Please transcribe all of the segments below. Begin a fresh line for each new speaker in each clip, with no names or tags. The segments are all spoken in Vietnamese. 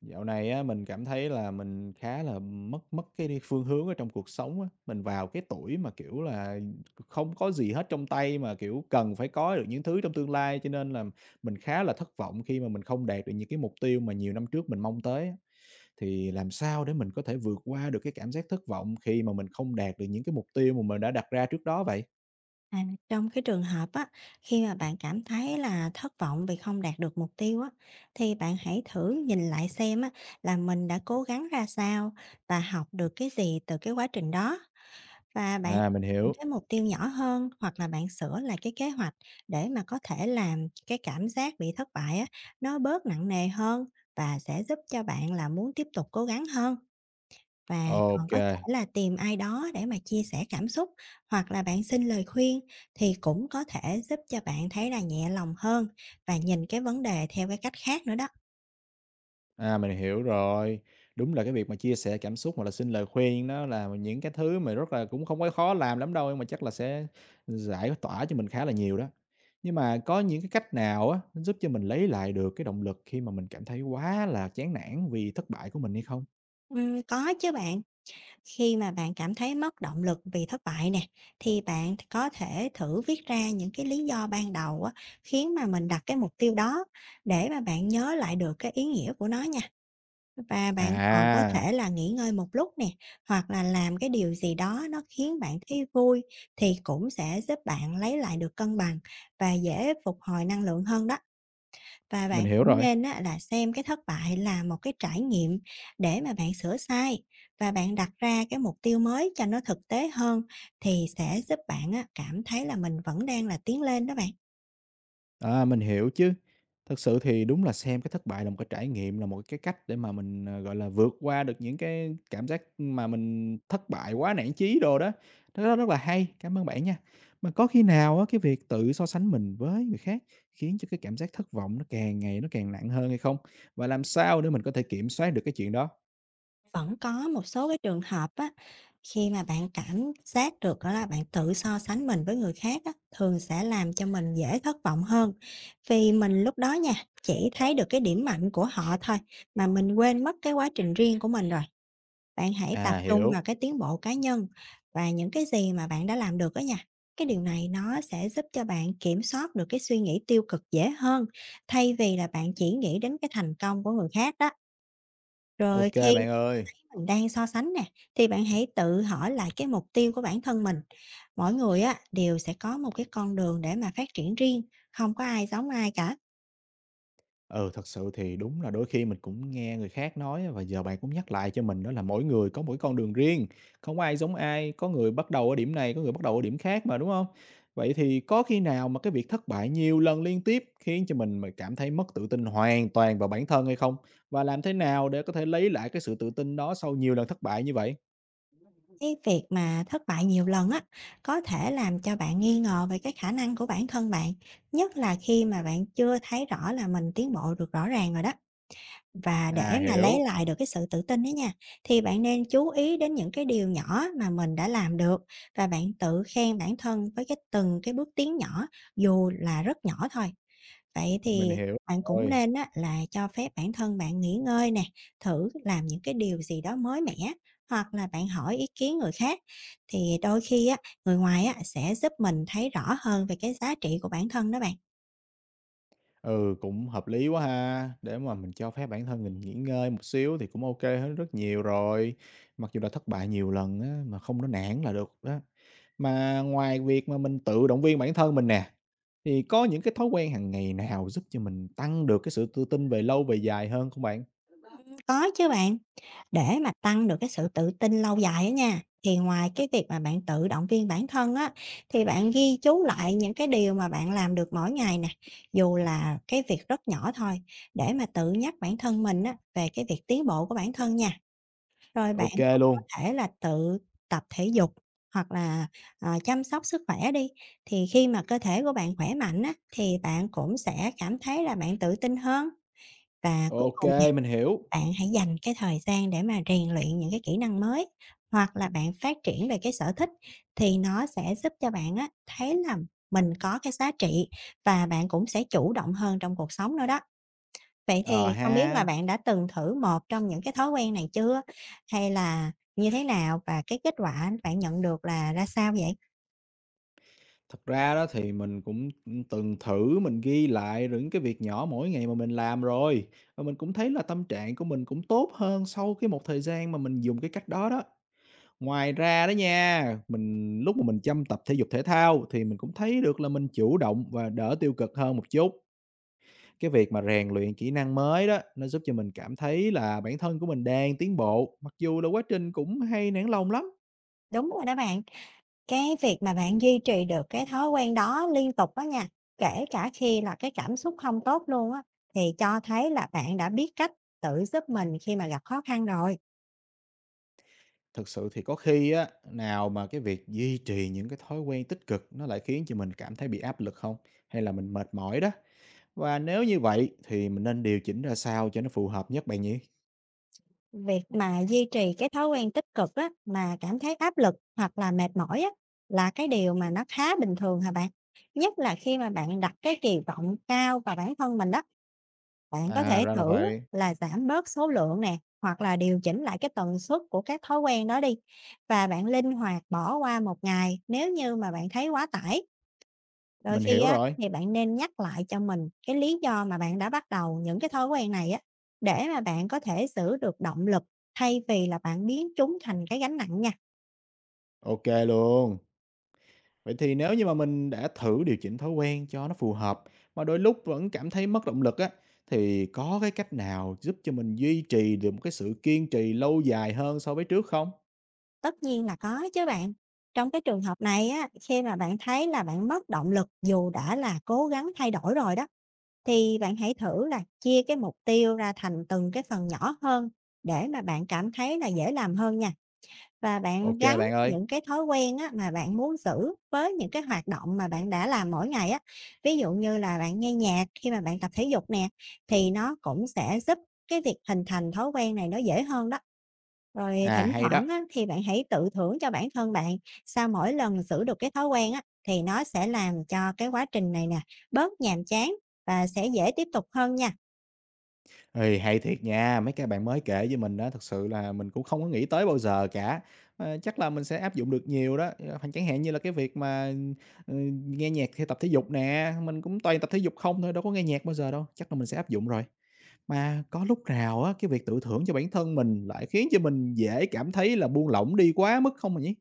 Dạo này á, mình cảm thấy là mình khá là mất mất cái đi phương hướng ở trong cuộc sống á. Mình vào cái tuổi mà, kiểu là, không có gì hết trong tay mà, kiểu, cần phải có được những thứ trong tương lai, cho nên là mình khá là thất vọng khi mà mình không đạt được những cái mục tiêu mà nhiều năm trước mình mong tới á. Thì làm sao để mình có thể vượt qua được cái cảm giác thất vọng khi mà mình không đạt được những cái mục tiêu mà mình đã đặt ra trước đó vậy?
À, trong cái trường hợp á, khi mà bạn cảm thấy là thất vọng vì không đạt được mục tiêu á, thì bạn hãy thử nhìn lại xem á, là mình đã cố gắng ra sao và học được cái gì từ cái quá trình đó, và bạn
À, mình
những
hiểu.
cái mục tiêu nhỏ hơn, hoặc là bạn sửa lại cái kế hoạch để mà có thể làm cái cảm giác bị thất bại á, nó bớt nặng nề hơn và sẽ giúp cho bạn là muốn tiếp tục cố gắng hơn. Và còn có
OK.
thể là tìm ai đó để mà chia sẻ cảm xúc, hoặc là bạn xin lời khuyên thì cũng có thể giúp cho bạn thấy là nhẹ lòng hơn và nhìn cái vấn đề theo cái cách khác nữa đó.
À, mình hiểu rồi. Đúng là cái việc mà chia sẻ cảm xúc hoặc là xin lời khuyên nó là những cái thứ mà rất là cũng không có khó làm lắm đâu, nhưng mà chắc là sẽ giải tỏa cho mình khá là nhiều đó. Nhưng mà có những cái cách nào á, nó giúp cho mình lấy lại được cái động lực khi mà mình cảm thấy quá là chán nản vì thất bại của mình hay không?
Có chứ bạn, khi mà bạn cảm thấy mất động lực vì thất bại nè, thì bạn có thể thử viết ra những cái lý do ban đầu á, khiến mà mình đặt cái mục tiêu đó, để mà bạn nhớ lại được cái ý nghĩa của nó nha. Và bạn còn có
À,
thể là nghỉ ngơi một lúc nè, hoặc là làm cái điều gì đó nó khiến bạn thấy vui thì cũng sẽ giúp bạn lấy lại được cân bằng và dễ phục hồi năng lượng hơn đó. Và
mình
bạn
hiểu
cũng
rồi.
nên á, là xem cái thất bại là một cái trải nghiệm, để mà bạn sửa sai và bạn đặt ra cái mục tiêu mới cho nó thực tế hơn, thì sẽ giúp bạn á, cảm thấy là mình vẫn đang là tiến lên đó bạn.
À, mình hiểu chứ. Thực sự thì đúng là xem cái thất bại là một cái trải nghiệm, là một cái cách để mà mình, gọi là, vượt qua được những cái cảm giác mà mình thất bại quá nản chí đồ đó, nó rất rất là hay. Cảm ơn bạn nha. Mà có khi nào á, cái việc tự so sánh mình với người khác khiến cho cái cảm giác thất vọng nó càng ngày nó càng nặng hơn hay không? Và làm sao để mình có thể kiểm soát được cái chuyện đó?
Vẫn có một số cái trường hợp á, khi mà bạn cảm giác được đó là bạn tự so sánh mình với người khác á, thường sẽ làm cho mình dễ thất vọng hơn. Vì mình lúc đó nha, chỉ thấy được cái điểm mạnh của họ thôi, mà mình quên mất cái quá trình riêng của mình rồi. Bạn hãy tập
À,
trung vào
hiểu.
cái tiến bộ cá nhân và những cái gì mà bạn đã làm được đó nha. Cái điều này nó sẽ giúp cho bạn kiểm soát được cái suy nghĩ tiêu cực dễ hơn, thay vì là bạn chỉ nghĩ đến cái thành công của người khác đó. Rồi
OK
khi
bạn ơi.
mình đang so sánh nè, thì bạn hãy tự hỏi lại cái mục tiêu của bản thân mình. Mỗi người á đều sẽ có một cái con đường để mà phát triển riêng, không có ai giống ai cả.
Ừ, thật sự thì đúng là đôi khi mình cũng nghe người khác nói á, và giờ bạn cũng nhắc lại cho mình đó là mỗi người có mỗi con đường riêng, không ai giống ai, có người bắt đầu ở điểm này, có người bắt đầu ở điểm khác mà, đúng không? Vậy thì có khi nào mà cái việc thất bại nhiều lần liên tiếp khiến cho mình mà cảm thấy mất tự tin hoàn toàn vào bản thân hay không? Và làm thế nào để có thể lấy lại cái sự tự tin đó sau nhiều lần thất bại như vậy?
Cái việc mà thất bại nhiều lần á có thể làm cho bạn nghi ngờ về cái khả năng của bản thân bạn, nhất là khi mà bạn chưa thấy rõ là mình tiến bộ được rõ ràng rồi đó. Và để
À,
mà lấy
hiểu,
lại được cái sự tự tin đó nha, thì bạn nên chú ý đến những cái điều nhỏ mà mình đã làm được, và bạn tự khen bản thân với cái từng cái bước tiến nhỏ, dù là rất nhỏ thôi. Vậy
mình
thì
hiểu
bạn cũng
rồi.
nên á, là cho phép bản thân bạn nghỉ ngơi nè, thử làm những cái điều gì đó mới mẻ, hoặc là bạn hỏi ý kiến người khác, thì đôi khi á, người ngoài á, sẽ giúp mình thấy rõ hơn về cái giá trị của bản thân đó bạn.
Ừ, cũng hợp lý quá ha. Để mà mình cho phép bản thân mình nghỉ ngơi một xíu thì cũng OK hơn rất nhiều rồi. Mặc dù đã thất bại nhiều lần á, mà không có nản là được đó. Mà ngoài việc mà mình tự động viên bản thân mình nè, thì có những cái thói quen hàng ngày nào giúp cho mình tăng được cái sự tự tin về lâu về dài hơn không bạn?
Có chứ bạn. Để mà tăng được cái sự tự tin lâu dài á nha, thì ngoài cái việc mà bạn tự động viên bản thân á, thì bạn ghi chú lại những cái điều mà bạn làm được mỗi ngày nè, dù là cái việc rất nhỏ thôi, để mà tự nhắc bản thân mình á, về cái việc tiến bộ của bản thân nha. Rồi bạn
OK
cũng có
luôn.
thể là tự tập thể dục, hoặc là, chăm sóc sức khỏe đi, thì khi mà cơ thể của bạn khỏe mạnh á, thì bạn cũng sẽ cảm thấy là bạn tự tin hơn. Và cuối cùng
OK, mình hiểu.
bạn hãy dành cái thời gian để mà rèn luyện những cái kỹ năng mới, hoặc là bạn phát triển về cái sở thích, thì nó sẽ giúp cho bạn á, thấy là mình có cái giá trị, và bạn cũng sẽ chủ động hơn trong cuộc sống nữa đó. Vậy
Ờ
thì không biết là
ha.
bạn đã từng thử một trong những cái thói quen này chưa? Hay là như thế nào, và cái kết quả bạn nhận được là ra sao vậy?
Thật ra đó thì mình cũng, từng thử mình ghi lại những cái việc nhỏ mỗi ngày mà mình làm rồi, và mình cũng thấy là tâm trạng của mình cũng tốt hơn sau cái một thời gian mà mình dùng cái cách đó đó. Ngoài ra đó nha, mình lúc mà mình chăm tập thể dục thể thao thì mình cũng thấy được là mình chủ động và đỡ tiêu cực hơn một chút. Cái việc mà rèn luyện kỹ năng mới đó, nó giúp cho mình cảm thấy là bản thân của mình đang tiến bộ, mặc dù là quá trình cũng hay nản lòng lắm.
Đúng rồi đó bạn. Cái việc mà bạn duy trì được cái thói quen đó liên tục đó nha, kể cả khi là cái cảm xúc không tốt luôn á, thì cho thấy là bạn đã biết cách tự giúp mình khi mà gặp khó khăn rồi.
Thực sự thì có khi á, nào mà cái việc duy trì những cái thói quen tích cực nó lại khiến cho mình cảm thấy bị áp lực không? Hay là mình mệt mỏi đó? Và nếu như vậy thì mình nên điều chỉnh ra sao cho nó phù hợp nhất bạn nhỉ?
Việc mà duy trì cái thói quen tích cực á, mà cảm thấy áp lực hoặc là mệt mỏi á, là cái điều mà nó khá bình thường hả bạn? Nhất là khi mà bạn đặt cái kỳ vọng cao vào bản thân mình đó. Bạn có
À
thể
ra là
thử á,
vậy,
là giảm bớt số lượng nè, hoặc là điều chỉnh lại cái tần suất của các thói quen đó đi. Và bạn linh hoạt bỏ qua một ngày nếu như mà bạn thấy quá tải. Đôi
mình
khi
hiểu
á,
rồi.
thì bạn nên nhắc lại cho mình cái lý do mà bạn đã bắt đầu những cái thói quen này á, để mà bạn có thể giữ được động lực, thay vì là bạn biến chúng thành cái gánh nặng nha.
OK luôn. Vậy thì nếu như mà mình đã thử điều chỉnh thói quen cho nó phù hợp mà đôi lúc vẫn cảm thấy mất động lực á thì có cái cách nào giúp cho mình duy trì được một cái sự kiên trì lâu dài hơn so với trước không?
Tất nhiên là có chứ bạn. Trong cái trường hợp này á, khi mà bạn thấy là bạn mất động lực dù đã là cố gắng thay đổi rồi đó, thì bạn hãy thử là chia cái mục tiêu ra thành từng cái phần nhỏ hơn, để mà bạn cảm thấy là dễ làm hơn nha, và bạn
OK
gắn
bạn ơi.
những cái thói quen á, mà bạn muốn giữ với những cái hoạt động mà bạn đã làm mỗi ngày á. Ví dụ như là bạn nghe nhạc khi mà bạn tập thể dục nè, thì nó cũng sẽ giúp cái việc hình thành thói quen này nó dễ hơn đó. Rồi
À
thỉnh
hay đó.
thoảng á, thì bạn hãy tự thưởng cho bản thân bạn, sau mỗi lần giữ được cái thói quen á, thì nó sẽ làm cho cái quá trình này nè, bớt nhàm chán và sẽ dễ tiếp tục hơn nha.
Ê, hay thiệt nha, mấy cái bạn mới kể với mình đó thực sự là mình cũng không có nghĩ tới bao giờ cả. Chắc là mình sẽ áp dụng được nhiều đó, chẳng hạn như là cái việc mà, ừ, nghe nhạc theo tập thể dục nè, mình cũng toàn tập thể dục không thôi, đâu có nghe nhạc bao giờ đâu, chắc là mình sẽ áp dụng rồi. Mà có lúc nào á, cái việc tự thưởng cho bản thân mình lại khiến cho mình dễ cảm thấy là buông lỏng đi quá mức không mà nhỉ?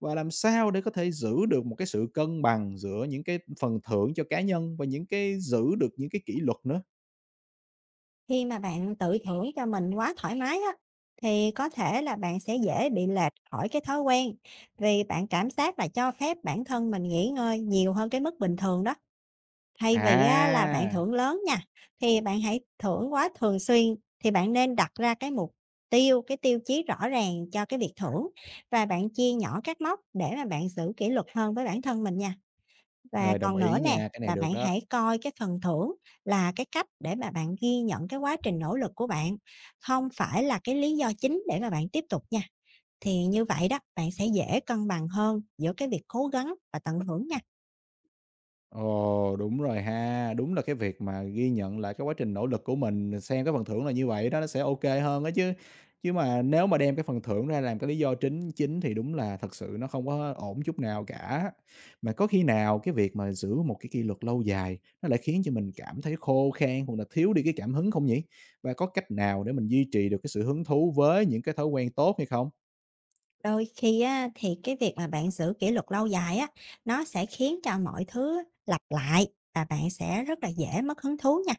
Và làm sao để có thể giữ được một cái sự cân bằng giữa những cái phần thưởng cho cá nhân và những cái giữ được những cái kỷ luật nữa?
Khi mà bạn tự thưởng cho mình quá thoải mái á, thì có thể là bạn sẽ dễ bị lệch khỏi cái thói quen, vì bạn cảm giác là cho phép bản thân mình nghỉ ngơi nhiều hơn cái mức bình thường đó. Thay vì á, là bạn
À!
thưởng lớn nha, thì bạn hãy thưởng quá thường xuyên, thì bạn nên đặt ra cái mục tiêu, cái tiêu chí rõ ràng cho cái việc thưởng, và bạn chia nhỏ các mốc để mà bạn giữ kỷ luật hơn với bản thân mình nha. Và
Ờ, đồng
còn nữa
ý
nè,
nha, cái này
là
được
bạn
đó.
hãy coi cái phần thưởng là cái cách để mà bạn ghi nhận cái quá trình nỗ lực của bạn, không phải là cái lý do chính để mà bạn tiếp tục nha. Thì như vậy đó, bạn sẽ dễ cân bằng hơn giữa cái việc cố gắng và tận hưởng nha.
Ồ, đúng rồi ha. Đúng là cái việc mà ghi nhận lại cái quá trình nỗ lực của mình, xem cái phần thưởng là như vậy đó, nó sẽ OK hơn á chứ. Chứ mà nếu mà đem cái phần thưởng ra làm cái lý do chính chính thì đúng là thật sự nó không có ổn chút nào cả. Mà có khi nào cái việc mà giữ một cái kỷ luật lâu dài nó lại khiến cho mình cảm thấy khô khan hoặc là thiếu đi cái cảm hứng không nhỉ? Và có cách nào để mình duy trì được cái sự hứng thú với những cái thói quen tốt hay không?
Đôi khi á, thì cái việc mà bạn giữ kỷ luật lâu dài á, nó sẽ khiến cho mọi thứ lặp lại và bạn sẽ rất là dễ mất hứng thú nha.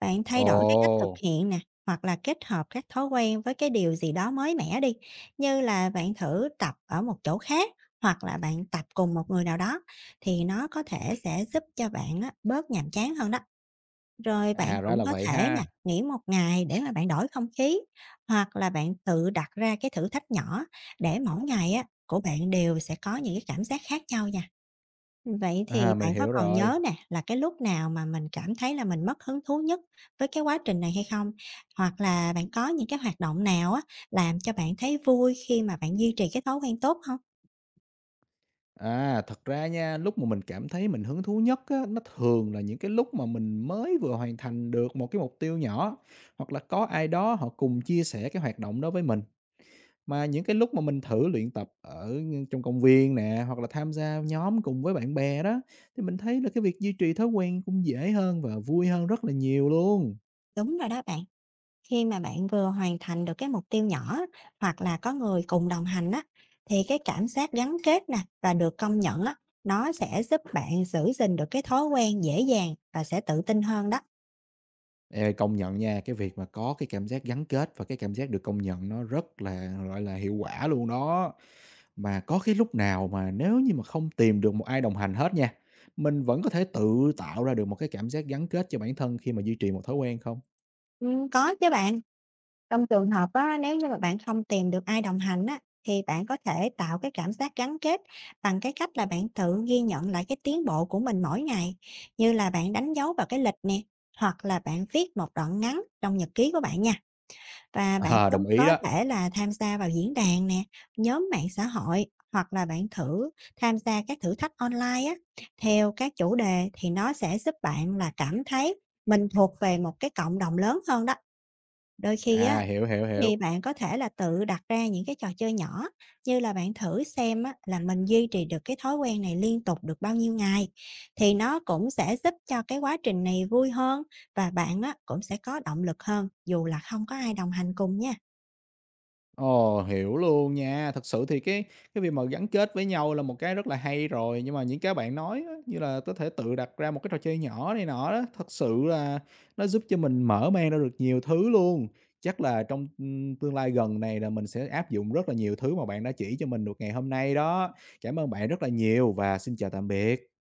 Bạn thay đổi cái cách thực
Ồ,
hiện nè, hoặc là kết hợp các thói quen với cái điều gì đó mới mẻ đi, như là bạn thử tập ở một chỗ khác, hoặc là bạn tập cùng một người nào đó, thì nó có thể sẽ giúp cho bạn á, bớt nhàm chán hơn đó. Rồi bạn
à ra
cũng
là
có
vậy
thể nè,
ha.
nghỉ một ngày để mà bạn đổi không khí, hoặc là bạn tự đặt ra cái thử thách nhỏ, để mỗi ngày á của bạn đều sẽ có những cái cảm giác khác nhau nha. Vậy thì
À, mình
bạn có
hiểu
còn
rồi.
nhớ nè, là cái lúc nào mà mình cảm thấy là mình mất hứng thú nhất với cái quá trình này hay không? Hoặc là bạn có những cái hoạt động nào á làm cho bạn thấy vui khi mà bạn duy trì cái thói quen tốt không?
À, thật ra nha, lúc mà mình cảm thấy mình hứng thú nhất á, nó thường là những cái lúc mà mình mới vừa hoàn thành được một cái mục tiêu nhỏ, hoặc là có ai đó họ cùng chia sẻ cái hoạt động đó với mình. Mà những cái lúc mà mình thử luyện tập ở trong công viên nè, hoặc là tham gia nhóm cùng với bạn bè đó, thì mình thấy là cái việc duy trì thói quen cũng dễ hơn và vui hơn rất là nhiều luôn.
Đúng rồi đó bạn. Khi mà bạn vừa hoàn thành được cái mục tiêu nhỏ, hoặc là có người cùng đồng hành á, thì cái cảm giác gắn kết nè và được công nhận á, nó sẽ giúp bạn giữ gìn được cái thói quen dễ dàng và sẽ tự tin hơn đó.
Ê, công nhận nha, cái việc mà có cái cảm giác gắn kết và cái cảm giác được công nhận nó rất là gọi là hiệu quả luôn đó. Mà có cái lúc nào mà nếu như mà không tìm được một ai đồng hành hết nha, mình vẫn có thể tự tạo ra được một cái cảm giác gắn kết cho bản thân khi mà duy trì một thói quen không?
Ừ, có chứ bạn. Trong trường hợp á, nếu như mà bạn không tìm được ai đồng hành á, thì bạn có thể tạo cái cảm giác gắn kết bằng cái cách là bạn tự ghi nhận lại cái tiến bộ của mình mỗi ngày, như là bạn đánh dấu vào cái lịch nè, hoặc là bạn viết một đoạn ngắn trong nhật ký của bạn nha. Và bạn
Ờ,
có
đồng ý
có
đó.
thể là tham gia vào diễn đàn nè, nhóm mạng xã hội, hoặc là bạn thử tham gia các thử thách online á, theo các chủ đề, thì nó sẽ giúp bạn là cảm thấy mình thuộc về một cái cộng đồng lớn hơn đó. Đôi khi á,
À, hiểu, hiểu, hiểu.
thì bạn có thể là tự đặt ra những cái trò chơi nhỏ, như là bạn thử xem á, là mình duy trì được cái thói quen này liên tục được bao nhiêu ngày, thì nó cũng sẽ giúp cho cái quá trình này vui hơn, và bạn á, cũng sẽ có động lực hơn dù là không có ai đồng hành cùng nha.
Ồ, hiểu luôn nha. Thật sự thì cái việc mà gắn kết với nhau là một cái rất là hay rồi, nhưng mà những cái bạn nói á, như là có thể tự đặt ra một cái trò chơi nhỏ này nọ đó, thật sự là nó giúp cho mình mở mang ra được nhiều thứ luôn. Chắc là trong, tương lai gần này là mình sẽ áp dụng rất là nhiều thứ mà bạn đã chỉ cho mình được ngày hôm nay đó. Cảm ơn bạn rất là nhiều và xin chào tạm biệt.